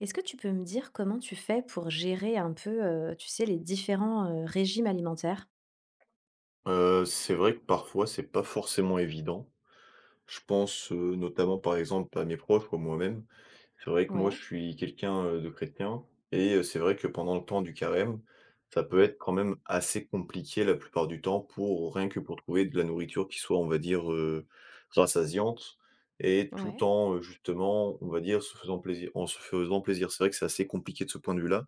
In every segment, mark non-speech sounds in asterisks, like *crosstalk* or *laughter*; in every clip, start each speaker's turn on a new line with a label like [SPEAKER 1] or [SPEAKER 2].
[SPEAKER 1] Est-ce que tu peux me dire comment tu fais pour gérer un peu, tu sais, les différents, régimes alimentaires?
[SPEAKER 2] C'est vrai que parfois c'est pas forcément évident. Je pense, notamment par exemple à mes proches ou à moi-même. C'est vrai que moi
[SPEAKER 1] Ouais,
[SPEAKER 2] je suis quelqu'un de chrétien et c'est vrai que pendant le temps du carême, ça peut être quand même assez compliqué la plupart du temps pour rien que pour trouver de la nourriture qui soit on va dire rassasiante et tout
[SPEAKER 1] ouais.
[SPEAKER 2] en justement on va dire se faisant plaisir en se faisant plaisir. C'est vrai que c'est assez compliqué de ce point de vue-là.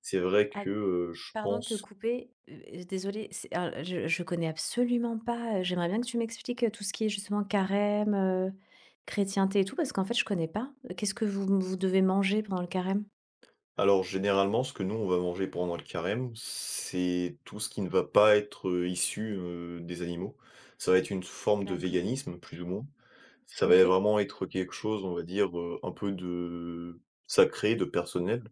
[SPEAKER 2] C'est vrai
[SPEAKER 1] Ah,
[SPEAKER 2] que, je
[SPEAKER 1] pardon de te
[SPEAKER 2] pense.
[SPEAKER 1] couper, désolée, c'est alors je connais absolument pas, j'aimerais bien que tu m'expliques, tout ce qui est justement carême, chrétienté et tout parce qu'en fait je connais pas. Qu'est-ce que vous devez manger pendant le carême?
[SPEAKER 2] Alors généralement, ce que nous, on va manger pendant le carême, c'est tout ce qui ne va pas être issu des animaux. Ça va être une forme de
[SPEAKER 1] D'accord.
[SPEAKER 2] véganisme, plus ou moins. Ça va
[SPEAKER 1] OK.
[SPEAKER 2] vraiment être quelque chose, on va dire un peu de sacré, de personnel.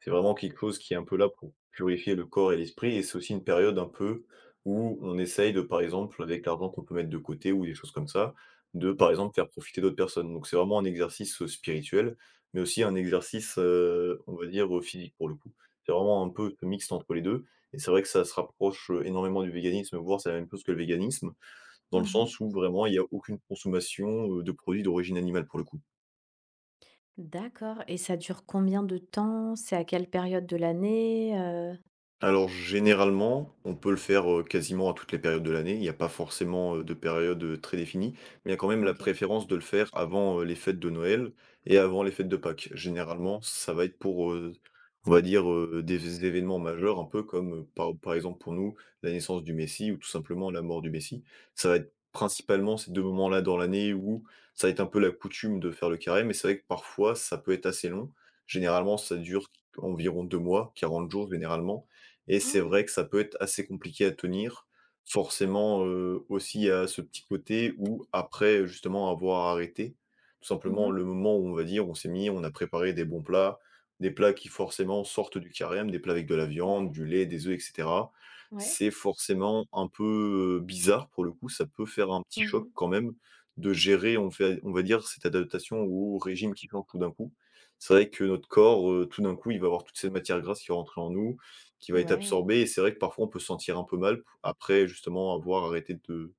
[SPEAKER 2] C'est vraiment quelque chose qui est un peu là pour purifier le corps et l'esprit et c'est aussi une période un peu où on essaye de, par exemple, avec l'argent qu'on peut mettre de côté ou des choses comme ça, de, par exemple, faire profiter d'autres personnes. Donc, c'est vraiment un exercice spirituel, mais aussi un exercice on va dire physique pour le coup. C'est vraiment un peu mixte entre les 2 et c'est vrai que ça se rapproche énormément du véganisme, voire c'est la même chose que le véganisme, dans le
[SPEAKER 1] Mmh.
[SPEAKER 2] sens où vraiment il y a aucune consommation de produits d'origine animale pour le coup.
[SPEAKER 1] D'accord et ça dure combien de temps? C'est à quelle période de l'année?
[SPEAKER 2] Alors généralement, on peut le faire quasiment à toutes les périodes de l'année. Il n'y a pas forcément de période très définie, mais il y a quand même la
[SPEAKER 1] OK.
[SPEAKER 2] préférence de le faire avant les fêtes de Noël et avant les fêtes de Pâques. Généralement, ça va être pour on va dire des événements majeurs un peu comme par exemple pour nous, la naissance du Messie ou tout simplement la mort du Messie. Ça va être principalement ces 2 moments-là dans l'année où ça va être un peu la coutume de faire le carême. Mais c'est vrai que parfois ça peut être assez long. Généralement, ça dure environ 2 mois, 40 jours généralement, et c'est
[SPEAKER 1] Ah.
[SPEAKER 2] vrai que ça peut être assez compliqué à tenir. Forcément, aussi à ce petit côté où après justement avoir arrêté, tout simplement
[SPEAKER 1] Mmh.
[SPEAKER 2] le moment où on va dire on s'est mis, on a préparé des bons plats, des plats qui forcément sortent du carême, des plats avec de la viande,
[SPEAKER 1] Ouais.
[SPEAKER 2] du lait, des œufs et cetera.
[SPEAKER 1] Ouais.
[SPEAKER 2] C'est forcément un peu, bizarre pour le coup, ça peut faire un petit choc
[SPEAKER 1] Mmh.
[SPEAKER 2] quand même de gérer on fait on va dire cette adaptation au régime qui change tout d'un coup. C'est vrai que notre corps tout d'un coup, il va avoir toutes ces matières grasses qui vont rentrer en nous. Qui va être
[SPEAKER 1] Ouais,
[SPEAKER 2] absorbé et c'est vrai que parfois on peut se sentir un peu mal p après justement avoir arrêté de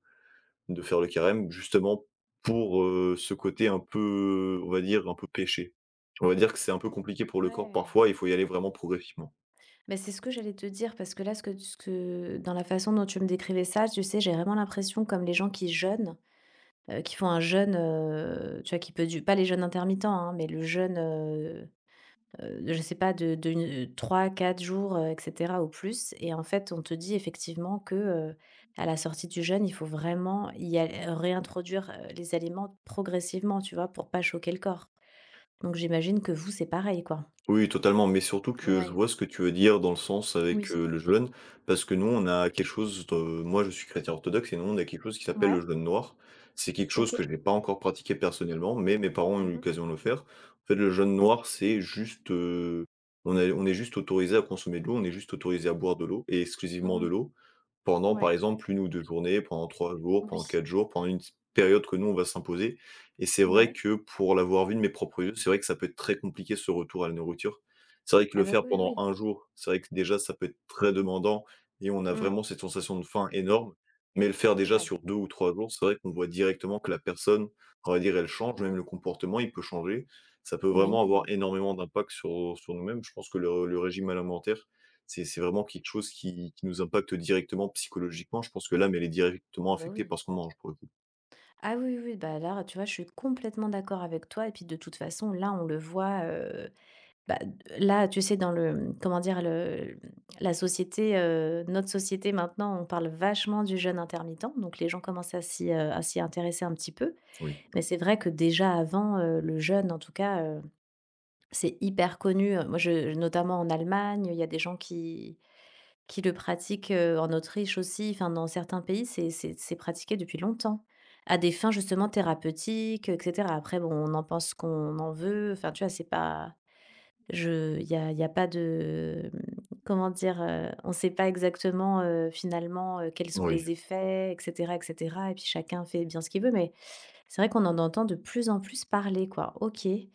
[SPEAKER 2] faire le carême justement pour ce côté un peu, on va dire, un peu péché. On va dire que c'est un peu compliqué pour le corps
[SPEAKER 1] ouais.
[SPEAKER 2] parfois, il faut y aller vraiment progressivement.
[SPEAKER 1] Mais c'est ce que j'allais te dire parce que là, ce que dans la façon dont tu me décrivais ça, tu sais, j'ai vraiment l'impression comme les gens qui jeûnent, qui font un jeûne, tu vois, qui peut du pas les jeûnes intermittents, hein, mais le jeûne, je sais pas, de une 3-4 jours, et cetera au plus et en fait, on te dit effectivement que, à la sortie du jeûne, il faut vraiment y al réintroduire, les aliments progressivement, tu vois, pour pas choquer le corps. Donc j'imagine que vous, c'est pareil, quoi?
[SPEAKER 2] Oui, totalement, mais surtout que je
[SPEAKER 1] Ouais,
[SPEAKER 2] vois ce que tu veux dire dans le sens avec
[SPEAKER 1] oui.
[SPEAKER 2] le jeûne, parce que nous, on a quelque chose de moi, je suis chrétien orthodoxe et nous, on a quelque chose qui s'appelle
[SPEAKER 1] Ouais,
[SPEAKER 2] le jeûne noir. C'est quelque chose
[SPEAKER 1] OK.
[SPEAKER 2] que j'ai pas encore pratiqué personnellement, mais mes parents ont eu
[SPEAKER 1] Mhm.
[SPEAKER 2] l'occasion de le faire. En fait, le jeûne noir, c'est juste, on est juste autorisé à consommer de l'eau, on est juste autorisé à boire de l'eau et exclusivement de
[SPEAKER 1] Mhm.
[SPEAKER 2] l'eau pendant, par
[SPEAKER 1] Ouais.
[SPEAKER 2] exemple, 1 ou 2 journées, pendant 3 jours, pendant
[SPEAKER 1] Oui.
[SPEAKER 2] 4 jours, pendant une période que nous, on va s'imposer et c'est vrai
[SPEAKER 1] Ouais.
[SPEAKER 2] que pour l'avoir vu de mes propres yeux, c'est vrai que ça peut être très compliqué ce retour à la nourriture. C'est vrai que
[SPEAKER 1] Ah
[SPEAKER 2] le
[SPEAKER 1] bah,
[SPEAKER 2] faire
[SPEAKER 1] oui, oui,
[SPEAKER 2] pendant
[SPEAKER 1] oui.
[SPEAKER 2] un jour, c'est vrai que déjà ça peut être très demandant et on a
[SPEAKER 1] Mmh.
[SPEAKER 2] vraiment cette sensation de faim énorme. Mais le faire déjà
[SPEAKER 1] Ouais.
[SPEAKER 2] sur 2 ou 3 jours, c'est vrai qu'on voit directement que la personne, on va dire, elle change, même le comportement, il peut changer. Ça peut vraiment avoir
[SPEAKER 1] Oui.
[SPEAKER 2] énormément d'impact sur nous-mêmes. Je pense que le régime alimentaire, c'est vraiment quelque chose qui nous impacte directement psychologiquement. Je pense que l'âme, elle est
[SPEAKER 1] Ah
[SPEAKER 2] directement
[SPEAKER 1] bah,
[SPEAKER 2] affectée
[SPEAKER 1] oui.
[SPEAKER 2] par ce qu'on mange pour le coup.
[SPEAKER 1] Ah oui, oui, bah, là, tu vois, je suis complètement d'accord avec toi et puis, de toute façon, là, on le voit, bah, là, tu sais, dans le, comment dire? Le la société, notre société, maintenant, on parle vachement du jeûne intermittent, donc les gens commencent à s'y intéresser un petit peu,
[SPEAKER 2] Oui.
[SPEAKER 1] mais c'est vrai que déjà, avant, le jeûne, en tout cas, c'est hyper connu, moi je notamment en Allemagne, il y a des gens qui le pratiquent, en Autriche aussi, enfin dans certains pays, c'est pratiqué depuis longtemps. À des fins justement thérapeutiques, et cetera. Après bon, on en pense qu'on en veut, enfin tu vois? C'est pas je il y a pas de, comment dire? On ne sait pas exactement, finalement, quels sont
[SPEAKER 2] Oui.
[SPEAKER 1] les effets, et cetera, et cetera et puis chacun fait bien ce qu'il veut, mais c'est vrai qu'on en entend de plus en plus parler, quoi. OK. Et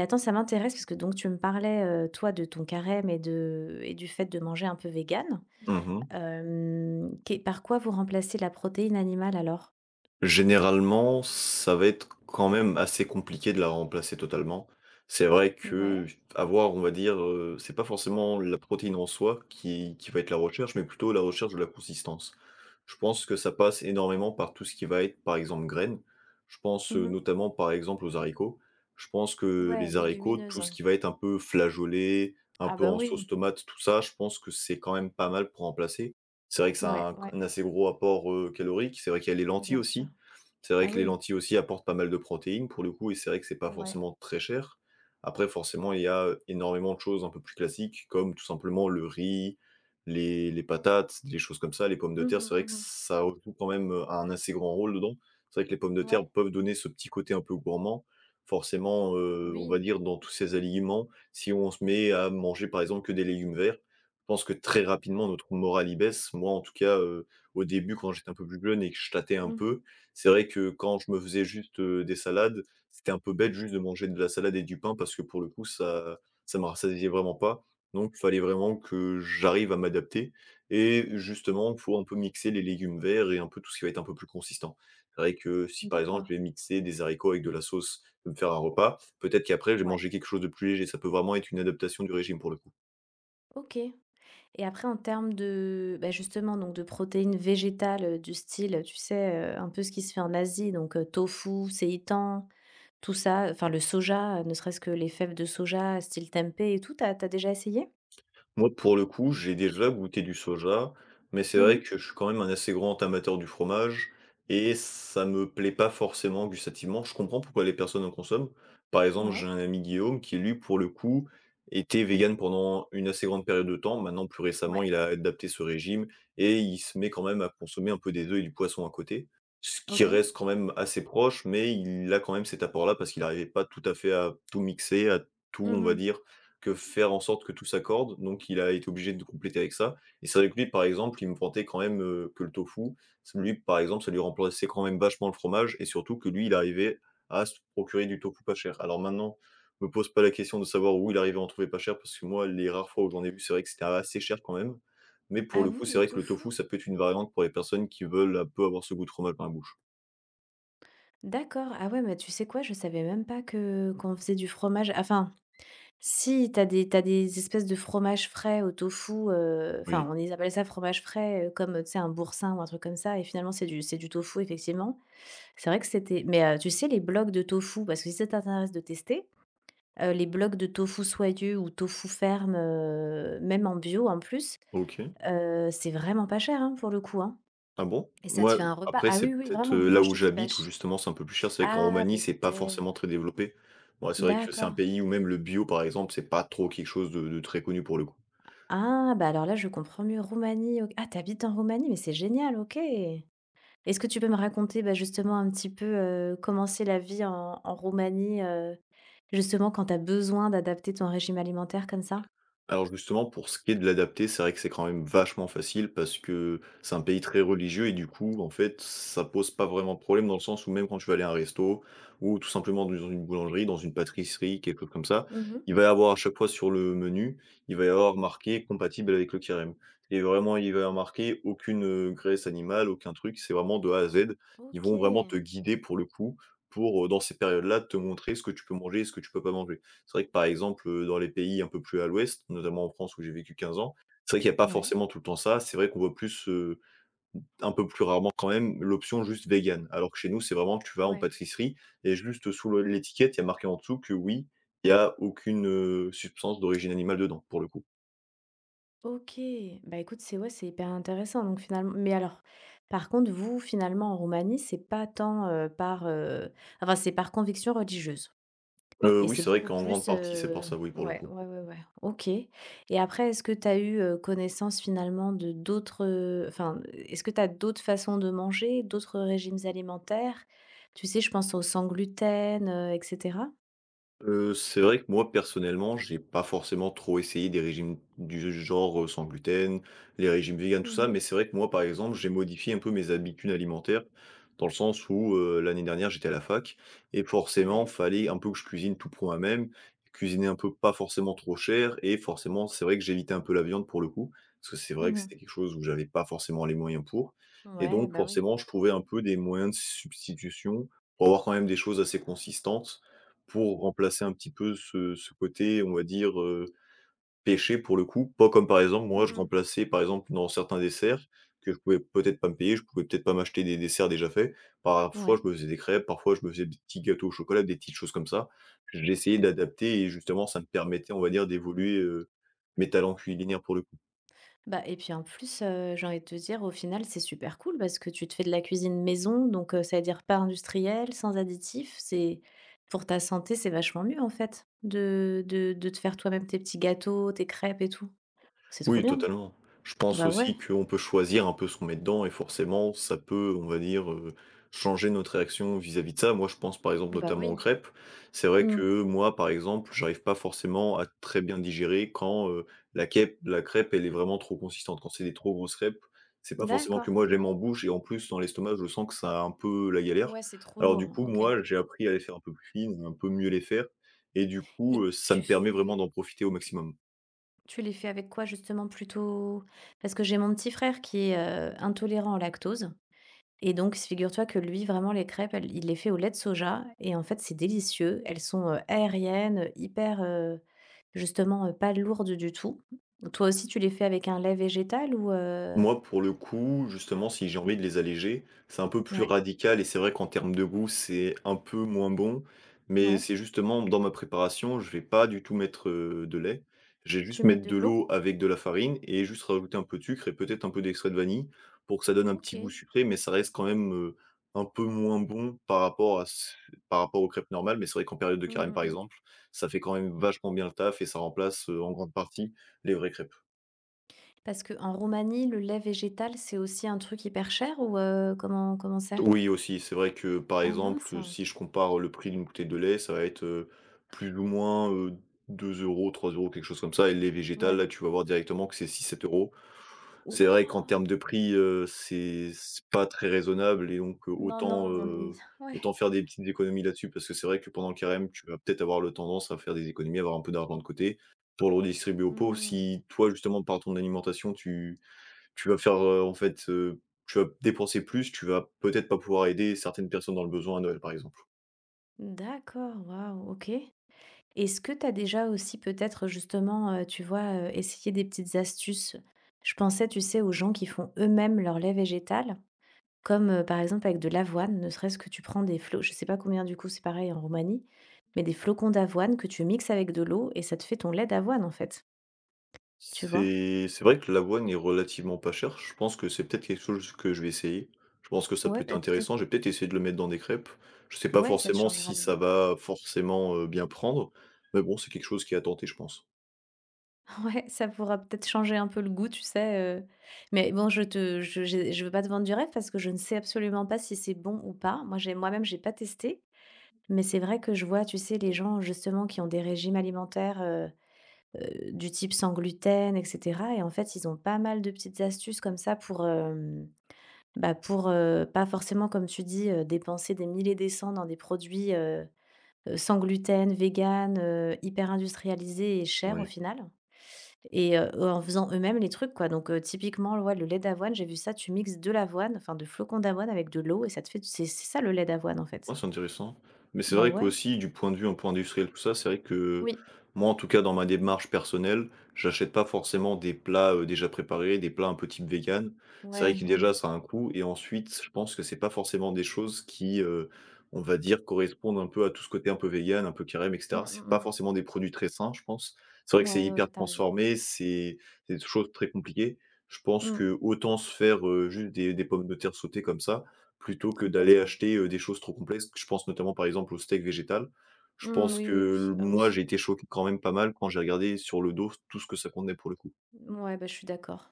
[SPEAKER 1] attends, ça m'intéresse parce que donc tu me parlais, toi, de ton carême et du fait de manger un peu vegan.
[SPEAKER 2] Mmh.
[SPEAKER 1] Hem, qu'est par quoi vous remplacez la protéine animale alors?
[SPEAKER 2] Généralement, ça va être quand même assez compliqué de la remplacer totalement. C'est vrai
[SPEAKER 1] Ouais.
[SPEAKER 2] que avoir, on va dire c'est pas forcément la protéine en soi qui va être la recherche, mais plutôt la recherche de la consistance. Je pense que ça passe énormément par tout ce qui va être, par exemple, graines. Je pense,
[SPEAKER 1] Mmh.
[SPEAKER 2] notamment, par exemple, aux haricots. Je pense que
[SPEAKER 1] Ouais,
[SPEAKER 2] les haricots, tout
[SPEAKER 1] légumineuse.
[SPEAKER 2] ce qui va être un peu flageolé, un
[SPEAKER 1] Ah
[SPEAKER 2] peu
[SPEAKER 1] bah
[SPEAKER 2] en
[SPEAKER 1] oui.
[SPEAKER 2] sauce tomate, tout ça, je pense que c'est quand même pas mal pour remplacer. C'est vrai que ça
[SPEAKER 1] Ouais,
[SPEAKER 2] a un
[SPEAKER 1] ouais,
[SPEAKER 2] un assez gros apport calorique. C'est vrai qu'il y a les lentilles
[SPEAKER 1] bien sûr.
[SPEAKER 2] aussi. C'est vrai
[SPEAKER 1] Ah
[SPEAKER 2] que les
[SPEAKER 1] oui.
[SPEAKER 2] lentilles aussi apportent pas mal de protéines pour le coup et c'est vrai que c'est pas
[SPEAKER 1] Ouais.
[SPEAKER 2] forcément très cher. Après forcément, il y a, énormément de choses un peu plus classiques comme tout simplement le riz, les patates, les choses comme ça, les pommes de
[SPEAKER 1] Mmh
[SPEAKER 2] terre,
[SPEAKER 1] mh,
[SPEAKER 2] c'est vrai que
[SPEAKER 1] mmh.
[SPEAKER 2] ça joue quand même un assez grand rôle dedans. C'est vrai que les pommes de terre
[SPEAKER 1] Ouais.
[SPEAKER 2] peuvent donner ce petit côté un peu gourmand. Forcément, on va
[SPEAKER 1] Oui.
[SPEAKER 2] dire dans tous ces aliments, si on se met à manger par exemple que des légumes verts, je pense que très rapidement notre morale y baisse. Moi en tout cas, au début quand j'étais un peu plus jeune et que je tâtais un
[SPEAKER 1] Mmh.
[SPEAKER 2] peu, c'est vrai que quand je me faisais juste des salades, c'était un peu bête juste de manger de la salade et du pain parce que pour le coup ça me rassasiait vraiment pas, donc il fallait vraiment que j'arrive à m'adapter et justement pour un peu mixer les légumes verts et un peu tout ce qui va être un peu plus consistant. C'est vrai que si par exemple
[SPEAKER 1] D'accord.
[SPEAKER 2] je vais mixer des haricots avec de la sauce, je vais me faire un repas, peut-être qu'après je vais
[SPEAKER 1] Ouais.
[SPEAKER 2] manger quelque chose de plus léger. Ça peut vraiment être une adaptation du régime pour le coup.
[SPEAKER 1] OK. Et après en termes de, bah, justement donc de protéines végétales, du style, tu sais, un peu ce qui se fait en Asie donc tofu, seitan, tout ça, enfin le soja, ne serait-ce que les fèves de soja style tempeh et tout, t'as déjà essayé?
[SPEAKER 2] Moi, pour le coup, j'ai déjà goûté du soja, mais c'est vrai
[SPEAKER 1] Mhm.
[SPEAKER 2] que je suis quand même un assez grand amateur du fromage et ça me plaît pas forcément gustativement. Je comprends pourquoi les personnes en consomment. Par exemple, j'ai
[SPEAKER 1] Ouais.
[SPEAKER 2] un ami Guillaume qui, lui, pour le coup, était vegan pendant une assez grande période de temps. Maintenant, plus
[SPEAKER 1] Ouais.
[SPEAKER 2] récemment, il a adapté ce régime et il se met quand même à consommer un peu des œufs et du poisson à côté. Ce qui
[SPEAKER 1] OK.
[SPEAKER 2] reste quand même assez proche, mais il a quand même cet apport-là parce qu'il n'arrivait pas tout à fait à tout mixer, à tout,
[SPEAKER 1] Mhm
[SPEAKER 2] on va
[SPEAKER 1] mh.
[SPEAKER 2] dire, que faire en sorte que tout s'accorde, donc il a été obligé de compléter avec ça et c'est vrai que lui, par exemple, il me vantait quand même que le tofu, ça lui, par exemple, ça lui remplaçait quand même vachement le fromage et surtout que lui, il arrivait à se procurer du tofu pas cher. Alors maintenant, je me pose pas la question de savoir où il arrivait à en trouver pas cher parce que moi, les rares fois où j'en ai vu, c'est vrai que c'était assez cher quand même, mais pour
[SPEAKER 1] Ah
[SPEAKER 2] le coup,
[SPEAKER 1] bon,
[SPEAKER 2] c'est
[SPEAKER 1] le
[SPEAKER 2] vrai que le
[SPEAKER 1] tofu?
[SPEAKER 2] tofu, ça peut être une variante pour les personnes qui veulent un peu avoir ce goût de fromage dans la bouche.
[SPEAKER 1] D'accord. Ah ouais, mais tu sais quoi? Je savais même pas que qu'on faisait du fromage enfin, si, t'as des espèces de fromages frais au tofu, enfin,
[SPEAKER 2] Oui.
[SPEAKER 1] on les appelle ça fromage frais, comme, tu sais, un boursin ou un truc comme ça et finalement, c'est du tofu, effectivement. C'est vrai que c'était mais tu sais, les blocs de tofu, parce que si ça t'intéresse de tester, les blocs de tofu soyeux ou tofu ferme, même en bio, en plus,
[SPEAKER 2] OK.
[SPEAKER 1] c'est vraiment pas cher, hein, pour le coup, hein
[SPEAKER 2] Ah bon?
[SPEAKER 1] et ça te
[SPEAKER 2] Moi,
[SPEAKER 1] fait un repas
[SPEAKER 2] après
[SPEAKER 1] ah
[SPEAKER 2] c'est
[SPEAKER 1] oui, oui,
[SPEAKER 2] peut-être
[SPEAKER 1] vraiment,
[SPEAKER 2] là
[SPEAKER 1] quand je
[SPEAKER 2] où
[SPEAKER 1] te dis pas
[SPEAKER 2] j'habite où
[SPEAKER 1] ch
[SPEAKER 2] justement c'est un peu plus cher. C'est vrai qu'en
[SPEAKER 1] ah
[SPEAKER 2] Roumanie, c'est pas
[SPEAKER 1] peut-être,
[SPEAKER 2] forcément très développé. Bon, c'est vrai que c'est un
[SPEAKER 1] d'accord.
[SPEAKER 2] pays où même le bio, par exemple, c'est pas trop quelque chose de très connu pour le coup.
[SPEAKER 1] Ah, bah, alors là, je comprends mieux. Roumanie, OK. Ah, t'habites en Roumanie, mais c'est génial, OK. Est-ce que tu peux me raconter, bah, justement un petit peu, comment c'est la vie en Roumanie, justement quand t'as besoin d'adapter ton régime alimentaire comme ça?
[SPEAKER 2] Alors justement, pour ce qui est de l'adapter, c'est vrai que c'est quand même vachement facile parce que c'est un pays très religieux et du coup, en fait, ça pose pas vraiment de problème dans le sens où même quand tu vas aller à un resto ou tout simplement dans une boulangerie, dans une pâtisserie, quelque chose comme ça,
[SPEAKER 1] Mhm.
[SPEAKER 2] il va y avoir à chaque fois sur le menu, il va y avoir marqué compatible avec le carême. Et vraiment, il va y avoir marqué aucune graisse animale, aucun truc, c'est vraiment de A à Z. Ils vont vraiment te
[SPEAKER 1] OK.
[SPEAKER 2] guider pour le coup, pour dans ces périodes-là, te montrer ce que tu peux manger et ce que tu peux pas manger. C'est vrai que par exemple, dans les pays un peu plus à l'ouest, notamment en France où j'ai vécu 15 ans, c'est vrai qu'il n'y a pas
[SPEAKER 1] Ouais,
[SPEAKER 2] forcément tout le temps ça. C'est vrai qu'on voit plus, un peu plus rarement quand même l'option juste végane. Alors que chez nous, c'est vraiment tu vas en
[SPEAKER 1] ouais.
[SPEAKER 2] pâtisserie et juste sous le l'étiquette, il y a marqué en dessous que oui, il y a aucune, substance d'origine animale dedans, pour le coup.
[SPEAKER 1] OK. Bah, écoute, c'est ouais, c'est hyper intéressant donc finalement mais alors, par contre, vous, finalement, en Roumanie, c'est pas tant, par, enfin, c'est par conviction religieuse? Et
[SPEAKER 2] Oui,
[SPEAKER 1] c'est
[SPEAKER 2] c'est vrai
[SPEAKER 1] beaucoup
[SPEAKER 2] qu'en grande
[SPEAKER 1] plus,
[SPEAKER 2] partie, c'est pour ça, oui, pour le
[SPEAKER 1] ouais,
[SPEAKER 2] coup.
[SPEAKER 1] ouais, ouais, ouais. OK, et après est-ce que tu as eu, connaissance finalement de d'autres, enfin, est-ce que tu as d'autres façons de manger, d'autres régimes alimentaires? Tu sais, je pense aux sans gluten, et cetera?
[SPEAKER 2] C'est vrai que moi, personnellement, j'ai pas forcément trop essayé des régimes du genre, sans gluten, les régimes véganes, tout ça,
[SPEAKER 1] Mmh.
[SPEAKER 2] mais c'est vrai que moi, par exemple, j'ai modifié un peu mes habitudes alimentaires, dans le sens où, l'année dernière, j'étais à la fac et forcément,
[SPEAKER 1] Ouais.
[SPEAKER 2] fallait un peu que je cuisine tout pour moi-même, cuisiner un peu pas forcément trop cher et forcément, c'est vrai que j'évitais un peu la viande pour le coup, parce que c'est vrai que
[SPEAKER 1] Mmh.
[SPEAKER 2] c'était quelque chose où j'avais pas forcément les moyens pour, et
[SPEAKER 1] Ouais,
[SPEAKER 2] donc
[SPEAKER 1] bah, oui.
[SPEAKER 2] forcément, je trouvais un peu des moyens de substitution pour avoir quand même des choses assez consistantes pour remplacer un petit peu ce côté, on va dire, péché pour le coup, pas comme par exemple moi je
[SPEAKER 1] Mmh.
[SPEAKER 2] remplaçais par exemple dans certains desserts que je pouvais peut-être pas me payer, je pouvais peut-être pas m'acheter des desserts déjà faits. Parfois
[SPEAKER 1] Ouais.
[SPEAKER 2] je me faisais des crêpes, parfois je me faisais des petits gâteaux au chocolat, des petites choses comme ça. J'essayais d'adapter et justement ça me permettait, on va dire, d'évoluer, mes talents culinaires pour le coup.
[SPEAKER 1] Bah et puis en plus, j'ai envie de te dire, au final, c'est super cool parce que tu te fais de la cuisine maison, donc ça veut dire pas industriel, sans additifs. C'est pour ta santé, c'est vachement mieux en fait de te faire toi-même tes petits gâteaux, tes crêpes et tout. C'est trop
[SPEAKER 2] Oui,
[SPEAKER 1] bien.
[SPEAKER 2] totalement. Je pense
[SPEAKER 1] Bah ouais,
[SPEAKER 2] aussi qu'on peut choisir un peu ce qu'on met dedans et forcément, ça peut, on va dire, changer notre réaction vis-à-vis de ça. Moi, je pense, par exemple,
[SPEAKER 1] bah
[SPEAKER 2] notamment aux
[SPEAKER 1] oui.
[SPEAKER 2] crêpes. C'est vrai
[SPEAKER 1] Mmh.
[SPEAKER 2] que moi, par exemple, j'arrive pas forcément à très bien digérer quand, la crêpe, elle est vraiment trop consistante. Quand c'est des trop grosses crêpes, c'est pas forcément que
[SPEAKER 1] D'accord.
[SPEAKER 2] moi, je l'aime en bouche et en plus, dans l'estomac, je sens que ça a un peu la galère.
[SPEAKER 1] Ouais, c'est trop
[SPEAKER 2] Alors du
[SPEAKER 1] lourd,
[SPEAKER 2] coup,
[SPEAKER 1] OK.
[SPEAKER 2] moi, j'ai appris à les faire un peu plus fines, un peu mieux les faire et du coup,
[SPEAKER 1] Et
[SPEAKER 2] ça me permet vraiment d'en profiter au maximum.
[SPEAKER 1] tu les fais avec quoi justement? Plutôt parce que j'ai mon petit frère qui est, intolérant au lactose. Et donc, figure-toi que lui, vraiment, les crêpes, elles il les fait au lait de soja et en fait, c'est délicieux. Elles sont, aériennes, hyper, justement, pas lourdes du tout. Toi aussi, tu les fais avec un lait végétal ou?
[SPEAKER 2] Moi, pour le coup, justement, si j'ai envie de les alléger, c'est un peu plus
[SPEAKER 1] Ouais,
[SPEAKER 2] radical et c'est vrai qu'en termes de goût, c'est un peu moins bon. Mais
[SPEAKER 1] ouais.
[SPEAKER 2] c'est justement dans ma préparation, je vais pas du tout mettre de lait. Je vais juste
[SPEAKER 1] Tu mets
[SPEAKER 2] mettre
[SPEAKER 1] de
[SPEAKER 2] de
[SPEAKER 1] l'eau?
[SPEAKER 2] l'eau avec de la farine et juste rajouter un peu de sucre et peut-être un peu d'extrait de vanille pour que ça donne un petit goût
[SPEAKER 1] OK.
[SPEAKER 2] sucré, mais ça reste quand même un peu moins bon par rapport aux crêpes normales. Mais c'est vrai qu'en période de
[SPEAKER 1] Mmh
[SPEAKER 2] carême,
[SPEAKER 1] mh
[SPEAKER 2] par
[SPEAKER 1] mh.
[SPEAKER 2] exemple, ça fait quand même vachement bien le taf et ça remplace en grande partie les vraies crêpes.
[SPEAKER 1] Parce qu'en Roumanie, le lait végétal, c'est aussi un truc hyper cher ou comment c'est?
[SPEAKER 2] Oui aussi, c'est vrai que, par
[SPEAKER 1] Ah mince!
[SPEAKER 2] exemple, si je compare le prix d'une bouteille de lait, ça va être, plus ou moins, 2 €, 3 €, quelque chose comme ça et les végétales, là,
[SPEAKER 1] Ouais.
[SPEAKER 2] tu vas voir directement que c'est 6, 7 euros. C'est
[SPEAKER 1] Oula.
[SPEAKER 2] vrai qu'en termes de prix, c'est pas très raisonnable et donc
[SPEAKER 1] Non, non,
[SPEAKER 2] autant,
[SPEAKER 1] on y *laughs* ouais.
[SPEAKER 2] autant faire des petites économies là-dessus parce que c'est vrai que pendant le carême, tu vas peut-être avoir le tendance à faire des économies, avoir un peu d'argent de côté pour le redistribuer aux pauvres.
[SPEAKER 1] Mmh.
[SPEAKER 2] Si toi, justement, par ton alimentation, tu vas faire, en fait, tu vas dépenser plus, tu vas peut-être pas pouvoir aider certaines personnes dans le besoin à Noël, par exemple.
[SPEAKER 1] D'accord, waouh, OK. Est-ce que tu as déjà aussi peut-être justement, tu vois, essayé des petites astuces? Je pensais, tu sais, aux gens qui font eux-mêmes leur lait végétal, comme, par exemple avec de l'avoine, ne serait-ce que tu prends des flo je sais pas combien du coup c'est pareil en Roumanie, mais des flocons d'avoine que tu mixes avec de l'eau et ça te fait ton lait d'avoine en fait, tu vois?
[SPEAKER 2] C'est vrai que l'avoine est relativement pas chère. Je pense que c'est peut-être quelque chose que je vais essayer. Je pense que ça
[SPEAKER 1] Ouais,
[SPEAKER 2] peut être
[SPEAKER 1] bah, peut-être
[SPEAKER 2] intéressant. J'ai peut-être essayer de le mettre dans des crêpes. Je sais pas
[SPEAKER 1] ouais, ça te
[SPEAKER 2] forcément
[SPEAKER 1] changera
[SPEAKER 2] si
[SPEAKER 1] le
[SPEAKER 2] ça
[SPEAKER 1] goût.
[SPEAKER 2] va forcément, bien prendre, mais bon, c'est quelque chose qui est à tenter, je pense.
[SPEAKER 1] *laughs* Ouais, ça pourra peut-être changer un peu le goût, tu sais, mais bon je veux pas te vendre du rêve parce que je ne sais absolument pas si c'est bon ou pas. Moi j'ai moi-même j'ai pas testé. Mais c'est vrai que je vois, tu sais, les gens justement qui ont des régimes alimentaires, du type sans gluten et cetera et en fait, ils ont pas mal de petites astuces comme ça pour, bah, pour, pas forcément comme tu dis, dépenser des milliers et des cents dans des produits, sans gluten, vegan, hyper industrialisés et chers au
[SPEAKER 2] Oui.
[SPEAKER 1] final et en faisant eux-mêmes les trucs quoi. Donc typiquement, ouais, le lait d'avoine, j'ai vu ça, tu mixes de l'avoine, enfin de flocons d'avoine avec de l'eau et ça te fait c'est ça le lait d'avoine en fait?
[SPEAKER 2] Ouais, c'est intéressant. Mais c'est
[SPEAKER 1] Bah,
[SPEAKER 2] vrai
[SPEAKER 1] ouais.
[SPEAKER 2] qu'aussi, du point de vue un peu industriel, tout ça, c'est vrai que
[SPEAKER 1] Oui.
[SPEAKER 2] moi, en tout cas, dans ma démarche personnelle, j'achète pas forcément des plats, déjà préparés, des plats un peu type vegan. C'est vrai
[SPEAKER 1] Ouais,
[SPEAKER 2] que
[SPEAKER 1] ouais,
[SPEAKER 2] déjà,
[SPEAKER 1] ouais.
[SPEAKER 2] ça a un coût et ensuite, je pense que c'est pas forcément des choses qui, on va dire, correspondent un peu à tout ce côté un peu vegan, un peu carême et cetera.
[SPEAKER 1] Mmh, mmh
[SPEAKER 2] C'est pas
[SPEAKER 1] mh.
[SPEAKER 2] forcément des produits très sains, je pense. C'est vrai que c'est
[SPEAKER 1] Ouais, ouais, ouais,
[SPEAKER 2] hyper
[SPEAKER 1] tu raison.
[SPEAKER 2] transformé, c'est des choses très compliquées. Je pense
[SPEAKER 1] Mmh,
[SPEAKER 2] que autant se faire, juste des pommes de terre sautées comme ça, plutôt que d'aller
[SPEAKER 1] complètement.
[SPEAKER 2] acheter, des choses trop complexes, je pense notamment par exemple au steak végétal. Je
[SPEAKER 1] Mmh,
[SPEAKER 2] pense
[SPEAKER 1] oui,
[SPEAKER 2] que
[SPEAKER 1] oui, oui.
[SPEAKER 2] l
[SPEAKER 1] Ah
[SPEAKER 2] moi
[SPEAKER 1] oui.
[SPEAKER 2] j'ai été choqué quand même pas mal quand j'ai regardé sur le dos tout ce que ça contenait pour le coup.
[SPEAKER 1] Mmh, ouais bah, je suis d'accord.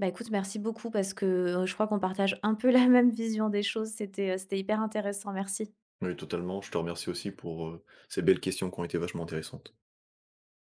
[SPEAKER 1] Bah, écoute, merci beaucoup parce que, je crois qu'on partage un peu *laughs* la même vision des choses. C'était hyper intéressant. Merci.
[SPEAKER 2] Oui totalement, je te remercie aussi pour, ces belles questions qui ont été vachement intéressantes.